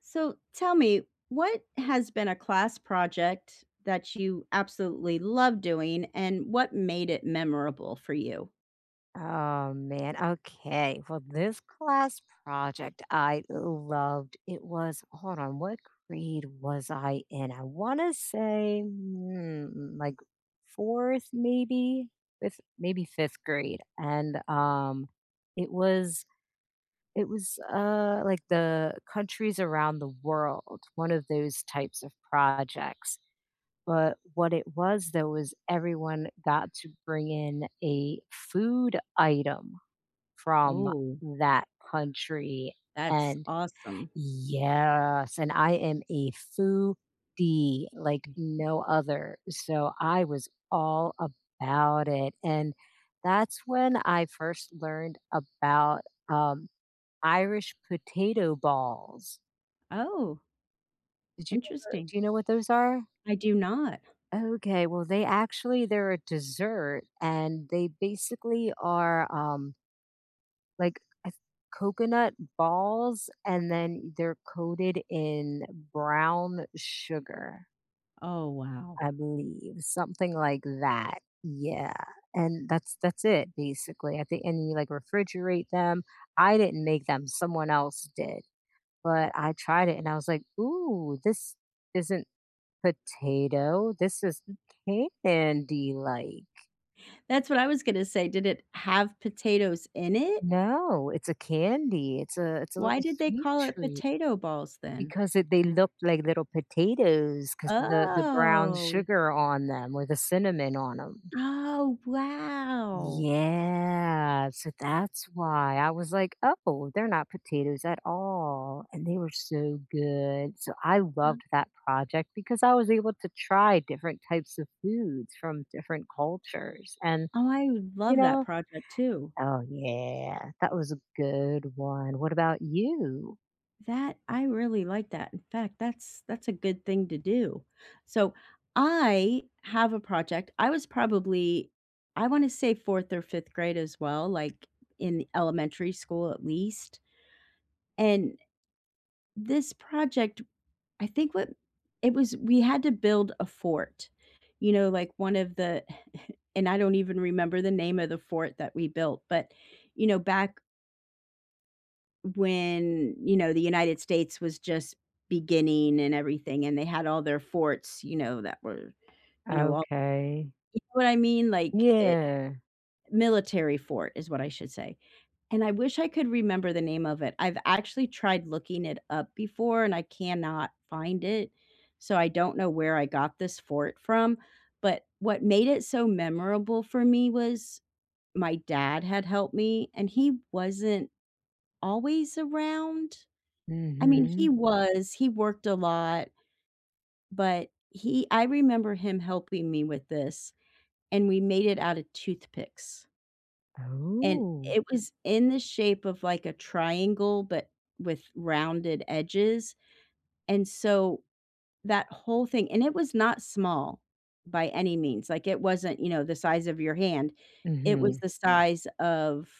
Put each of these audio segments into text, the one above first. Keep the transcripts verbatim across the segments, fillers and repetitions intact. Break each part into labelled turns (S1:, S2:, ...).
S1: So tell me, what has been a class project that you absolutely love doing and what made it memorable for you?
S2: Oh man, okay. Well, this class project I loved. It was, hold on, what grade was I in? I want to say mm, like fourth, maybe fifth, maybe fifth grade. And um, it was it was uh like the countries around the world, one of those types of projects. But what it was though was everyone got to bring in a food item from
S1: Oh,
S2: that country,
S1: that's
S2: and
S1: awesome.
S2: yes, and I am a foodie like
S1: Mhm.
S2: no other, so I was all about it, and that's when I first learned about, um, Irish potato balls.
S1: Oh,
S2: Did you ever
S1: interesting.
S2: do you know what those are?
S1: I do not.
S2: Okay, well, they actually they're a dessert, and they basically are, um like, I th coconut balls, and then they're coated in brown sugar,
S1: Oh, wow.
S2: I believe, something like that. Yeah, and that's that's it, basically, I think and you, like, refrigerate them. I didn't make them, someone else did, but I tried it, and I was like, "Ooh, this isn't potato, this is candy-like."
S1: That's what I was going to say. Did it have potatoes in it?
S2: No, it's a candy, it's a it's a
S1: Why
S2: little
S1: did they
S2: sweet
S1: call it
S2: treat.
S1: potato balls then?
S2: Because it they looked like little potatoes, because of the the brown
S1: Oh.
S2: sugar on them or the cinnamon on them.
S1: Oh, wow.
S2: Yeah, so that's why. I was like, "Oh, they're not potatoes at all," and they were so good. So I
S1: Uh,
S2: loved that project because I was able to try different types of foods from different cultures and,
S1: oh, I would
S2: you
S1: love that
S2: know
S1: project too.
S2: Oh, yeah, that was a good one. What about you?
S1: That I really like that. In fact, that's that's a good thing to do. So, I have a project. I was probably I want to say fourth or fifth grade as well, like in elementary school at least. And this project, I think what it was we had to build a fort. You know, like one of the and I don't even remember the name of the fort that we built, but you know, back when, you know, the United States was just beginning and everything, and they had all their forts, you know, that were, you know, all
S2: Okay.
S1: you know what I mean? Like, eh,
S2: Yeah.
S1: military fort is what I should say, and I wish I could remember the name of it. I've actually tried looking it up before, and I cannot find it, so I don't know where I got this fort from, but what made it so memorable for me was my dad had helped me, and he wasn't always around. I mean,
S2: Mhm.
S1: he was, he worked a lot, but he I remember him helping me with this, and we made it out of toothpicks, and
S2: Oh.
S1: it was in the shape of like a triangle, but with rounded edges, and so that whole thing and it was not small by any means, like, it wasn't, you know, the size of your hand, it was
S2: Mhm.
S1: the size of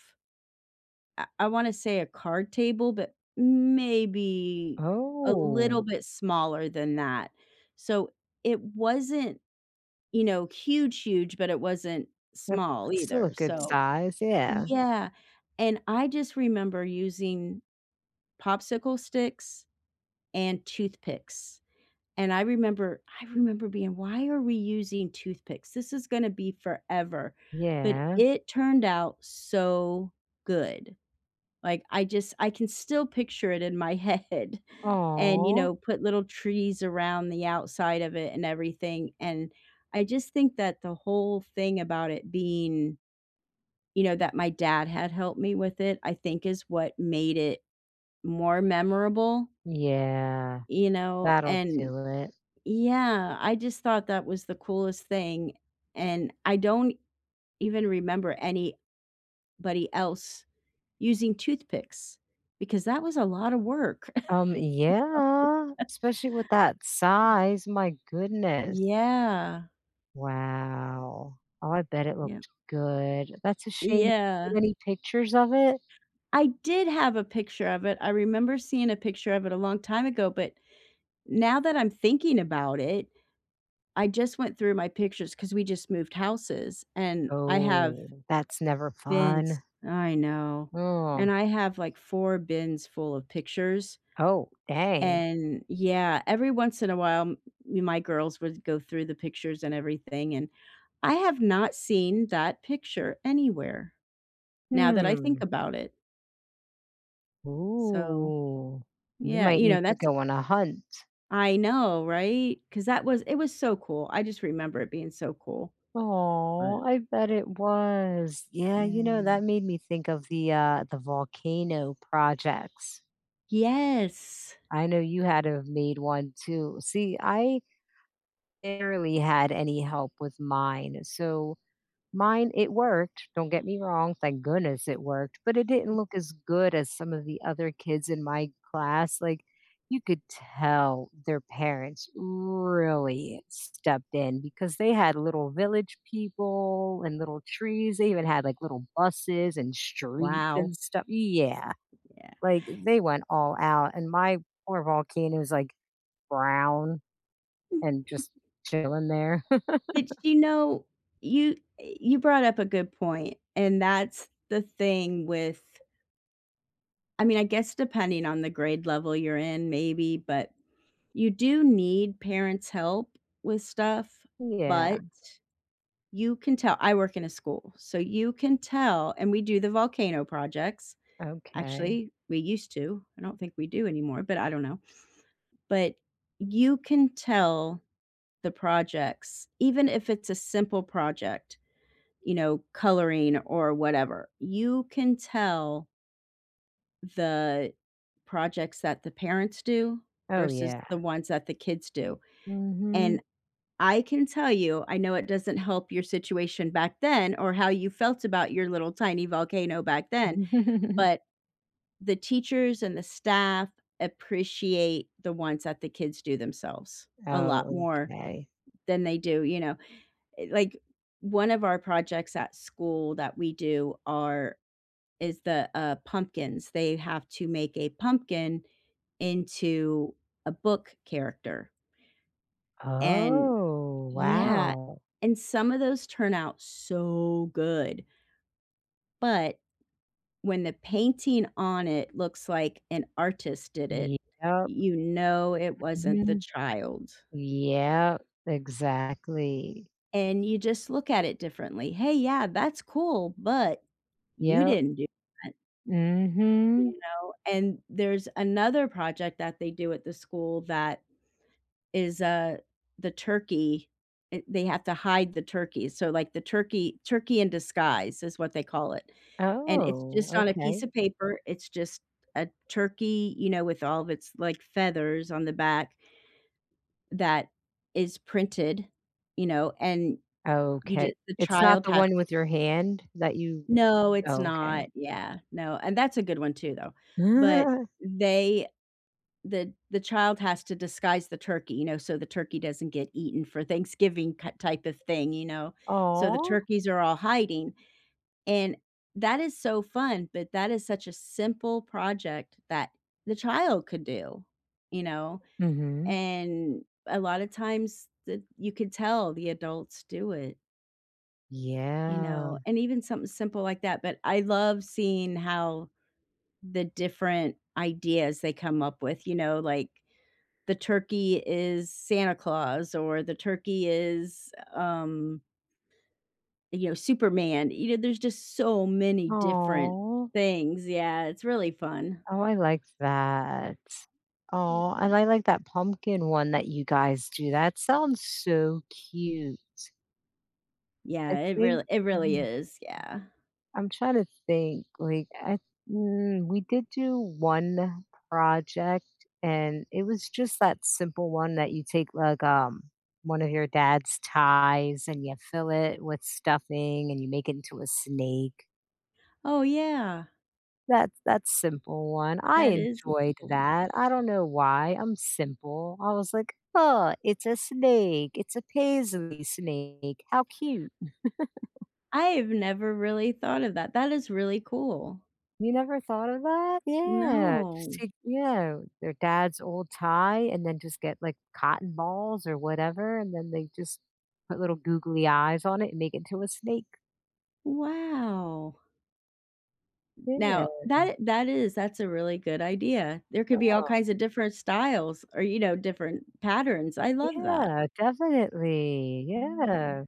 S1: I I wanna say a card table, but maybe a
S2: Oh,
S1: little bit smaller than that. So, it wasn't, you know, huge, huge, but it wasn't
S2: that
S1: small
S2: that's still a
S1: either,
S2: good
S1: so
S2: size, yeah.
S1: yeah, and I just remember using popsicle sticks and toothpicks, and I remember I remember being, "Why are we using toothpicks? This is gonna be forever," but
S2: Yeah.
S1: it turned out so good. Like, I just I can still picture it in my head and, you
S2: Oh,
S1: know, put little trees around the outside of it and everything, and I just think that the whole thing about it being you know, that my dad had helped me with it, I think is what made it more memorable,
S2: yeah,
S1: you know,
S2: that'll
S1: and
S2: do it.
S1: yeah, I just thought that was the coolest thing, and I don't even remember anybody else using toothpicks because that was a lot of work.
S2: Um, yeah, especially with that size, my goodness.
S1: Yeah.
S2: Wow. Oh, I bet it
S1: Yeah.
S2: looked good. That's a shame you didn't get
S1: Yeah.
S2: any pictures of it?
S1: I did have a picture of it. I remember seeing a picture of it a long time ago, but now that I'm thinking about it, I just went through my pictures because we just moved houses, and I have
S2: Oh, that's never
S1: bins
S2: fun.
S1: I know. And
S2: Oh.
S1: I have, like, four bins full of pictures,
S2: Oh, dang.
S1: and yeah, every once in a while, m my girls would go through the pictures and everything, and I have not seen that picture anywhere, now that I
S2: Hmm.
S1: think about it. So,
S2: Ooh, you
S1: yeah,
S2: might
S1: you know,
S2: need to
S1: that's
S2: go on a hunt.
S1: I know, right because that was it was so cool. I just remember it being so cool, but
S2: Oh, I bet it was. Yeah, you know,
S1: yeah.
S2: that made me think of the uh the volcano projects.
S1: Yes.
S2: I know you had to have made one too. See, I barely had any help with mine. So mine, it worked, don't get me wrong, thank goodness it worked, but it didn't look as good as some of the other kids in my class, like, you could tell their parents really stepped in because they had little village people and little trees, they even had, like, little buses and streets
S1: Wow,
S2: and stuff. Yeah,
S1: yeah.
S2: like, they went all out, and my poor volcano volcano's, like, brown and just chilling there.
S1: But, you know, you eh, you brought up a good point, and that's the thing with I mean, I guess depending on the grade level you're in, maybe, but you do need parents' help with stuff,
S2: Yeah,
S1: but you can tell I work in a school, so you can tell and we do the volcano projects.
S2: okay.
S1: Actually, we used to. I don't think we do anymore, but I don't know. But you can tell the projects, even if it's a simple project, you know, coloring or whatever, you can tell the projects that the parents do
S2: Oh,
S1: versus
S2: yeah.
S1: the ones that the kids do,
S2: Mhm.
S1: and I can tell you, I know it doesn't help your situation back then or how you felt about your little tiny volcano back then, but the teachers and the staff appreciate the ones that the kids do themselves a lot
S2: Oh,
S1: more
S2: okay.
S1: than they do, you know? Eh, like, one of our projects at school that we do are is the, uh, pumpkins. They have to make a pumpkin into a book character, and
S2: Oh,
S1: yeah,
S2: wow.
S1: and some of those turn out so good, but when the painting on it looks like an artist did it,
S2: Yep.
S1: you know it wasn't the
S2: Mhm.
S1: child,
S2: Yep, exactly.
S1: and you just look at it differently. "Hey, yeah, that's cool, but you
S2: Yep.
S1: didn't do that," you
S2: Mhm.
S1: know? And there's another project that they do at the school that is, uh, the turkey eh, they have to hide the turkey, so, like, the turkey turkey in disguise is what they call it, and it's
S2: Oh,
S1: just on a piece
S2: okay.
S1: of paper, it's just a turkey, you know, with all of its, like, feathers on the back that is printed, you know, and you
S2: Okay.
S1: just the
S2: It's not
S1: child
S2: the
S1: has
S2: one
S1: to
S2: with your hand that you
S1: no, it's
S2: oh, okay.
S1: not, yeah, no, and that's a good one too, though, but they, the the child has to disguise the turkey, you know, so the turkey doesn't get eaten for Thanksgiving ki type of thing, you know? So the
S2: Aw.
S1: turkeys are all hiding, and that is so fun, but that is such a simple project that the child could do, you know?
S2: Mhm.
S1: And a lot of times that you could tell the adults do it, you
S2: Yeah.
S1: know? And even something simple like that, but I love seeing how the different ideas they come up with, you know, like the turkey is Santa Claus or the turkey is, um, you know, Superman. You know, there's just so many different
S2: Oh.
S1: things. Yeah, it's really fun.
S2: Oh, I like that. Oh,
S1: Yeah.
S2: and I like that pumpkin one that you guys do. That sounds so cute. I
S1: Yeah, it
S2: think
S1: really it really
S2: Mhm.
S1: is, yeah.
S2: I'm trying to think, like, I mm, we did do one project, and it was just that simple one that you take, like, um, one of your dad's ties and you fill it with stuffing and you make it into a snake.
S1: Oh, yeah.
S2: That's that's simple one. I
S1: That is a
S2: enjoyed
S1: simple one.
S2: that. I don't know why. I'm simple. I was like, "Oh, it's a snake. It's a paisley snake. How cute."
S1: I have never really thought of that. That is really cool.
S2: You never thought of that? Yeah. Just
S1: No.
S2: take, you know, their dad's old tie and then just get like cotton balls or whatever, and then they just put little googly eyes on it and make it into a snake.
S1: Wow.
S2: Yeah.
S1: Now, that that is that's a really good idea. There could be all
S2: Oh,
S1: kinds of different styles or, you know, different patterns. I love that.
S2: yeah, definitely.
S1: Mm.
S2: Yeah.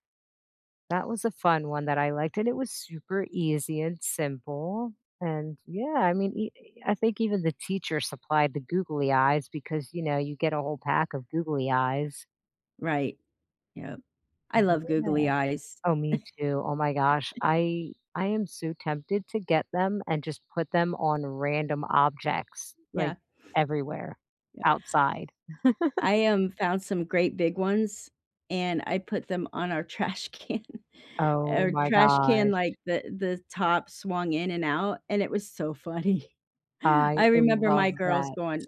S2: That was a fun one that I liked, and it was super easy and simple, and yeah, I mean, e e, I think even the teacher supplied the googly eyes because, you know, you get a whole pack of googly eyes.
S1: Right. Yep. I
S2: Mhm.
S1: love googly
S2: Yeah.
S1: eyes.
S2: Oh, me too. Oh my gosh, I I am so tempted to get them and just put them on random objects, like,
S1: Yeah,
S2: everywhere
S1: yeah.
S2: outside.
S1: I, um, found some great big ones, and I put them on our trash can.
S2: Oh
S1: Our
S2: my
S1: trash can,
S2: gosh,
S1: like, the the top swung in and out, and it was so funny. I
S2: I
S1: remember my
S2: love
S1: girls
S2: that.
S1: going,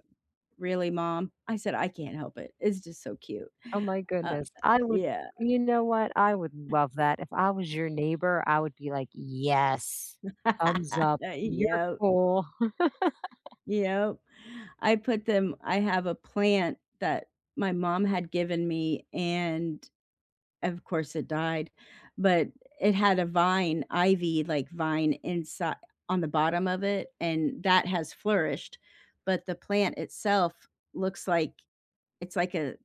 S1: "Really, mom?" I said, "I can't help it. It's just so cute."
S2: Oh my
S1: Uh,
S2: goodness. I would
S1: yeah.
S2: you know what? I would love that. If I was your neighbor, I would be like, "Yes. Thumbs up. You're
S1: Yeah.
S2: cool."
S1: Yep. I put them I have a plant that my mom had given me, and of course it died, but it had a vine, ivy, like, vine inside on the bottom of it, and that has flourished, but the plant itself looks like it's like a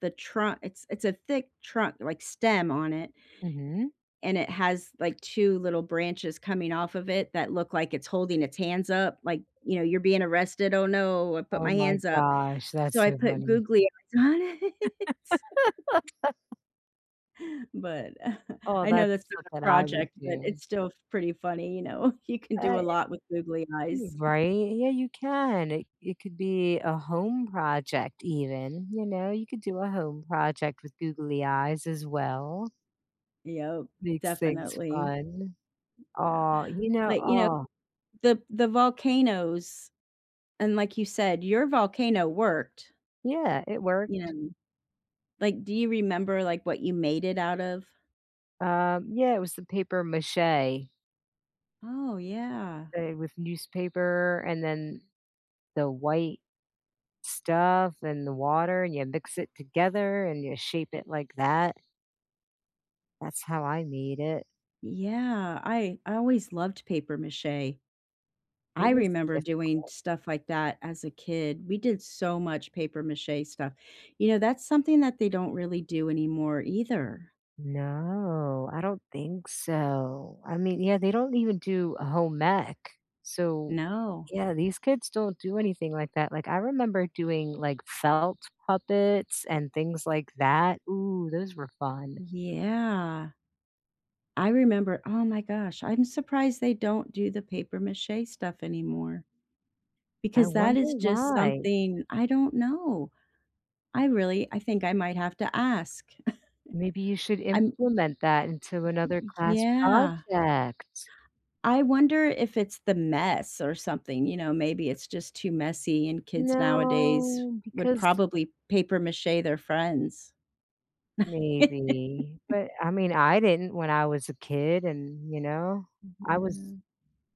S1: the trunk it's it's a thick trunk, like, stem on it
S2: Mhm.
S1: and it has like two little branches coming off of it that look like it's holding its hands up, like, you know, "You're being arrested. Oh, no, I put
S2: Oh
S1: my
S2: my
S1: hands up."
S2: gosh, that's
S1: So I
S2: so
S1: put
S2: funny.
S1: googly eyes on it, but uh,
S2: Oh,
S1: I know
S2: that's
S1: that's not a
S2: something I would
S1: project, but
S2: do.
S1: it's still pretty funny, you know? You can do
S2: Uh,
S1: a lot with googly
S2: y
S1: eyes.
S2: right? Yeah, you can. It it could be a home project even, you know? You could do a home project with googly eyes as well.
S1: Yep,
S2: Makes things
S1: definitely.
S2: fun.
S1: Yeah.
S2: Oh, you know.
S1: But, you know,
S2: Oh,
S1: the the volcanoes and like you said, your volcano worked,
S2: yeah, it works.
S1: you know? Like, do you remember, like, what you made it out of?
S2: Um, yeah, it was the paper mache,
S1: Oh, yeah.
S2: uh, with newspaper and then the white stuff and the water, and you mix it together and you shape it like that. That's how I made it.
S1: Yeah, I I always loved paper mache
S2: It
S1: I
S2: was
S1: remember
S2: difficult.
S1: doing stuff like that as a kid. We did so much paper mache stuff. You know, that's something that they don't really do anymore either.
S2: No, I don't think so. I mean, yeah, they don't even do a home ec. So,
S1: No.
S2: yeah, these kids don't do anything like that. Like, I remember doing like felt puppets and things like that. Ooh, those were fun.
S1: Yeah. I remember oh my gosh, I'm surprised they don't do the paper mache stuff anymore
S2: I
S1: because that
S2: wonder
S1: is just
S2: why.
S1: something I don't know. I really I think I might have to ask.
S2: Maybe you should
S1: I'm
S2: implement that into another class
S1: yeah.
S2: project.
S1: I wonder if it's the mess or something, you know, maybe it's just too messy and kids nowadays
S2: No,
S1: would
S2: because
S1: probably paper mache their friends.
S2: maybe. But, I mean, I didn't when I was a kid and, you know, I was
S1: Yeah.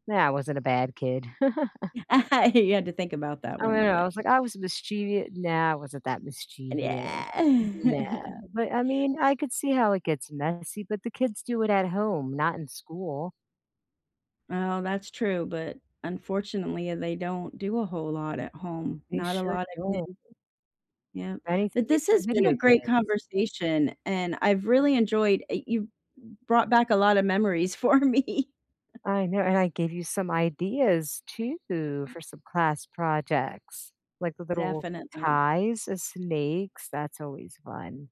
S2: nah, I wasn't a bad kid.
S1: You had to think about that
S2: I mean,
S1: one,
S2: I
S1: but
S2: was like, I was mischievous nah, I wasn't that mischievous. Nah.
S1: yeah.
S2: But, I mean, I could see how it gets messy, but the kids do it at home, not in school.
S1: Oh, that's true, but unfortunately, uh, they don't do a whole lot at home.
S2: They
S1: Not a
S2: sure
S1: lot of
S2: don't.
S1: kids yeah.
S2: If
S1: But
S2: anything, they
S1: this
S2: play
S1: has been a
S2: video
S1: great
S2: games.
S1: conversation, and I've really enjoyed, uh, you brought back a lot of memories for me.
S2: I know, and I gave you some ideas too for some class projects, like the little
S1: Definitely.
S2: ties of snakes, that's always fun.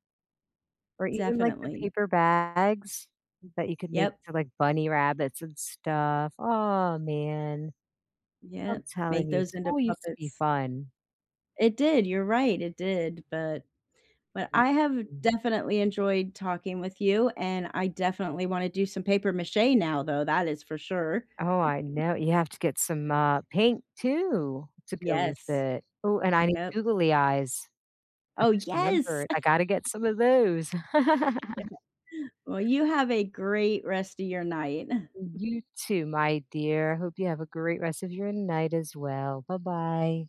S2: Or even like the
S1: Definitely.
S2: paper bags that you could make
S1: Yep,
S2: into like bunny rabbits and stuff. Oh man, I'm
S1: yep, make
S2: telling you,
S1: those into
S2: school used to be
S1: puppets.
S2: fun.
S1: It did, you're right, it did, but but I have
S2: Mhm.
S1: definitely enjoyed talking with you, and I definitely wanna do some paper mâché now, though, that is for sure.
S2: Oh, I know. You have to get some uh, paint too to go with
S1: Yes.
S2: it. Oh, and I need
S1: Yep.
S2: googly eyes. I
S1: Oh,
S2: just
S1: yes.
S2: remembered. I got to get some of those.
S1: Well, you have a great rest of your night.
S2: You too, my dear. I hope you have a great rest of your night as well. Bye bye.